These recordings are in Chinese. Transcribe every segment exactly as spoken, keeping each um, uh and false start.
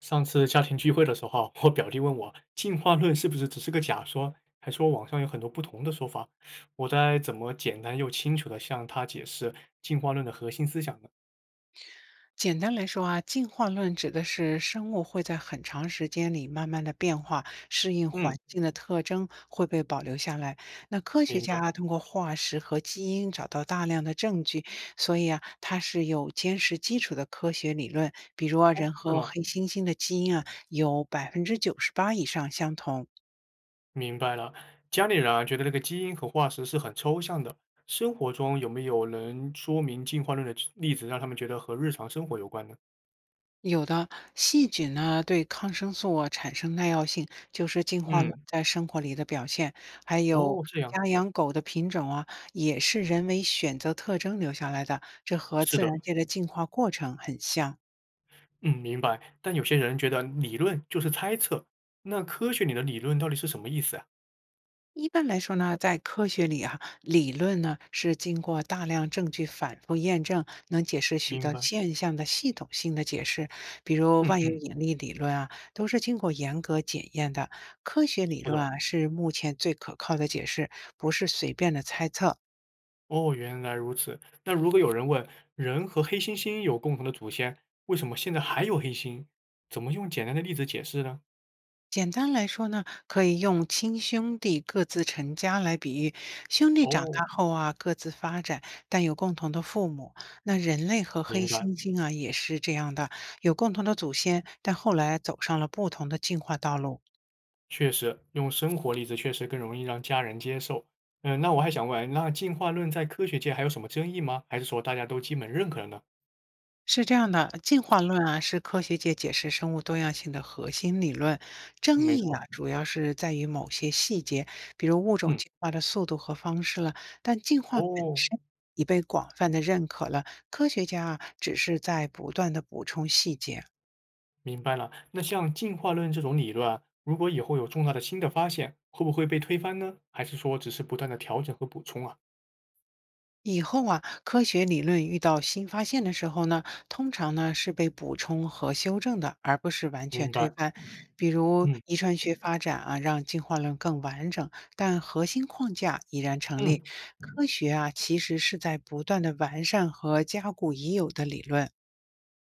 上次家庭聚会的时候，我表弟问我进化论是不是只是个假说，还说网上有很多不同的说法。我该怎么简单又清楚的向他解释进化论的核心思想呢？简单来说啊，进化论指的是生物会在很长时间里慢慢的变化，适应嗯，环境的特征会被保留下来。那科学明家白。啊通过化石和基因找到大量的证据，所以啊，它是有坚实基础的科学理论。比如啊，哦，人是和吗？黑猩猩的基因啊有百分之九十八以上相同。明白了。家里人啊，觉得那个基因和化石是很抽象的。生活中有没有能说明进化论的例子，让他们觉得和日常生活有关呢？有的细菌呢，对抗生素啊产生耐药性，就是进化论嗯，在生活里的表现。还有哦，这样，家养狗的品种啊，也是人为选择特征留下来的，这和是自的。然界的进化过程很像。嗯，明白。但有些人觉得理论就是猜测，那科学里的理论到底是什么意思啊？一般来说呢，在科学里啊，理论呢是经过大量证据反复验证，能解释许明多白。现象的系统性的解释。比如嗯万有嗯，引力理论啊，都是经过严格检验的。科学理是论的。啊，是目前最可靠的解释，不是随便的猜测。哦，原来如此。那如果有人问，人和黑猩猩有共同的祖先，为什么现在还有黑猩？怎么用简单的例子解释呢？简单来说呢，可以用亲兄弟各自成家来比喻。兄弟长哦，大后啊，各自发展，但有共同的父母。那人类和明黑白。猩猩啊，也是这样的，有共同的祖先，但后来走上了不同的进化道路。确实，用生活例子确实更容易让家人接受。嗯，那我还想问，那进化论在科学界还有什么争议吗？还是说大家都基本认可了呢？是这样的，进化论啊是科学界解释生物多样性的核心理论，争没议错。啊主要是在于某些细节，比如物种嗯，进化的速度和方式了。但进化本哦。身已被广泛的认可了，科学家啊只是在不断的补充细节。明白了。那像进化论这种理论啊如果以后有重大的新的发现，会不会被推翻呢？还是说只是不断的调整和补充啊？以后啊，科学理论遇到新发现的时候呢，通常呢是被补充和修正的，而不是完全明推白。翻。比如嗯遗传学发展啊，让进化论更完整，但核心框架依然成嗯，立。科学啊，其实是在不断的完善和加固已有的理论。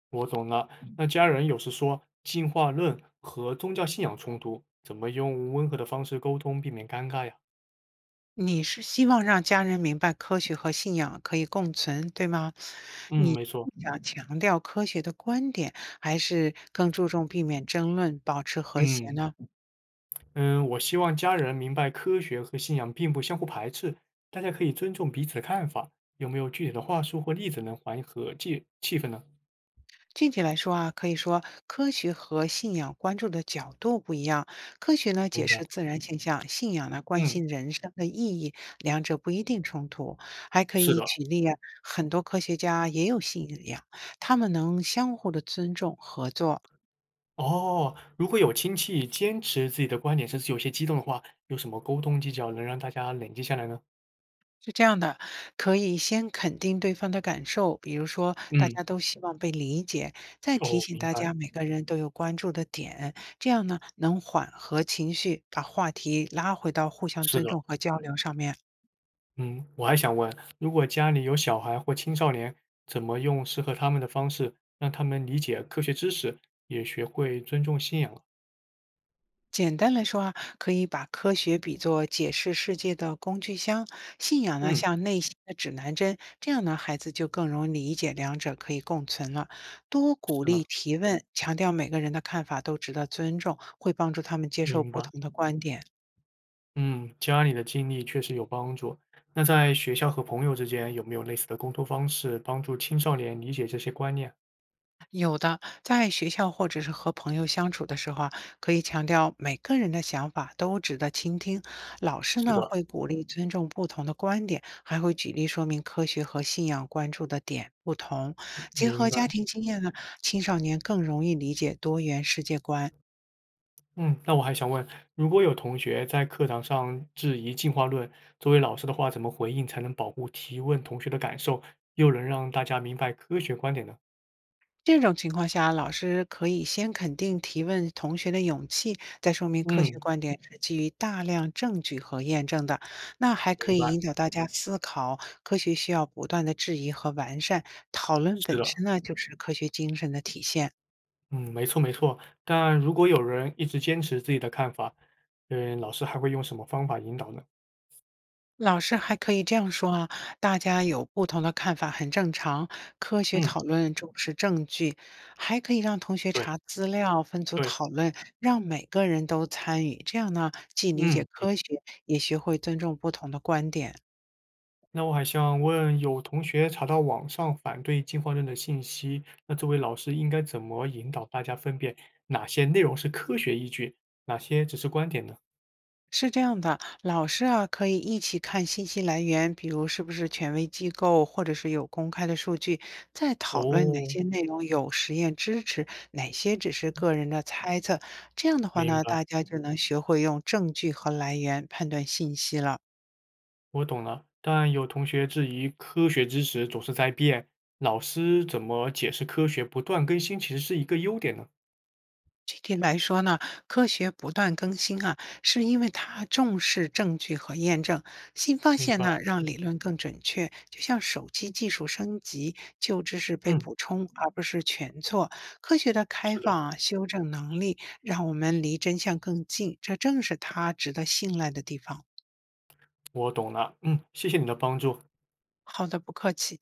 我懂了。那家人有时说进化论和宗教信仰冲突，怎么用温和的方式沟通，避免尴尬呀？你是希望让家人明白科学和信仰可以共存，对吗？嗯，你没错。想强调科学的观点，还是更注重避免争论，保持和谐嗯呢？嗯，我希望家人明白科学和信仰并不相互排斥，大家可以尊重彼此的看法。有没有具体的话术或例子能缓和气气氛呢？具体来说啊，可以说科学和信仰关注的角度不一样。科学呢明解白。释自然现象，信仰呢关嗯，心人生的意义，两者不一定冲突。还可是以的。举例啊，很多科学家也有信仰，他们能相互的尊重合作。哦，如果有亲戚坚持自己的观点，甚至有些激动的话，有什么沟通技巧能让大家冷静下来呢？是这样的，可以先肯定对方的感受，比如说大嗯，家都希望被理解，再提哦，醒明大白，家每个人都有关注的点，这样呢能缓和情绪，把话题拉回到互相是尊的，重和交流上面。嗯，我还想问，如果家里有小孩或青少年，怎么用适合他们的方式让他们理解科学知识，也学会尊重信仰啊简单来说啊，可以把科学比作解释世界的工具箱，信仰呢嗯，像内心的指南针，这样呢孩子就更容易理解两者可以共存了。多鼓是呢，励提问，强调每个人的看法都值得尊重，会帮助他们接受明不白。同的观点。嗯，家里的经历确实有帮助。那在学校和朋友之间，有没有类似的沟通方式帮助青少年理解这些观念？有的，在学校或者是和朋友相处的时候啊，可以强调每个人的想法都值得倾听。老师是呢的，会鼓励尊重不同的观点，还会举例说明科学和信仰关注的点不同。结明合白。家庭经验呢，青少年更容易理解多元世界观。嗯，那我还想问，如果有同学在课堂上质疑进化论，作为老师的话，怎么回应才能保护提问同学的感受，又能让大家明白科学观点呢？这种情况下，老师可以先肯定提问同学的勇气，再说明科嗯，学观点是基于大量证据和验证的。那还可明以白，引导大家思考，科学需要不断的质疑和完善。讨论是本的，身呢，就是科学精神的体现。嗯，没错没错。但如果有人一直坚持自己的看法，嗯，老师还会用什么方法引导呢？老师还可以这样说啊，大家有不同的看法很正常，科学嗯，讨论重视证据，还可以让同学对查资料、分组对，讨论，让每个人都参与。这样呢，既理解嗯。科学，也学会尊重不同的观点。那我还想问，有同学查到网上反对进化论的信息，那作为老师应该怎么引导大家分辨哪些内容是科学依据，哪些只是观点呢？是这样的，老师啊，可以一起看信息来源，比如是不是权威机构，或者是有公开的数据，再讨论哪哦，些内容有实验支持，哪些只是个人的猜测。这样的话明呢，白，大家就能学会用证据和来源判断信息了。我懂了。但有同学质疑科学知识总是在变，老师怎么解释科学不断更新其实是一个优点呢？具体来说呢，科学不断更新啊，是因为它重视证据和验证。新发明现白，呢，让理论更准确。就像手机技术升级，旧知识被嗯，补充，而不是全错。科学的开是的，放啊，修正能力，让我们离真相更近，这正是它值得信赖的地方。我懂了，嗯，谢谢你的帮助。好的，不客气。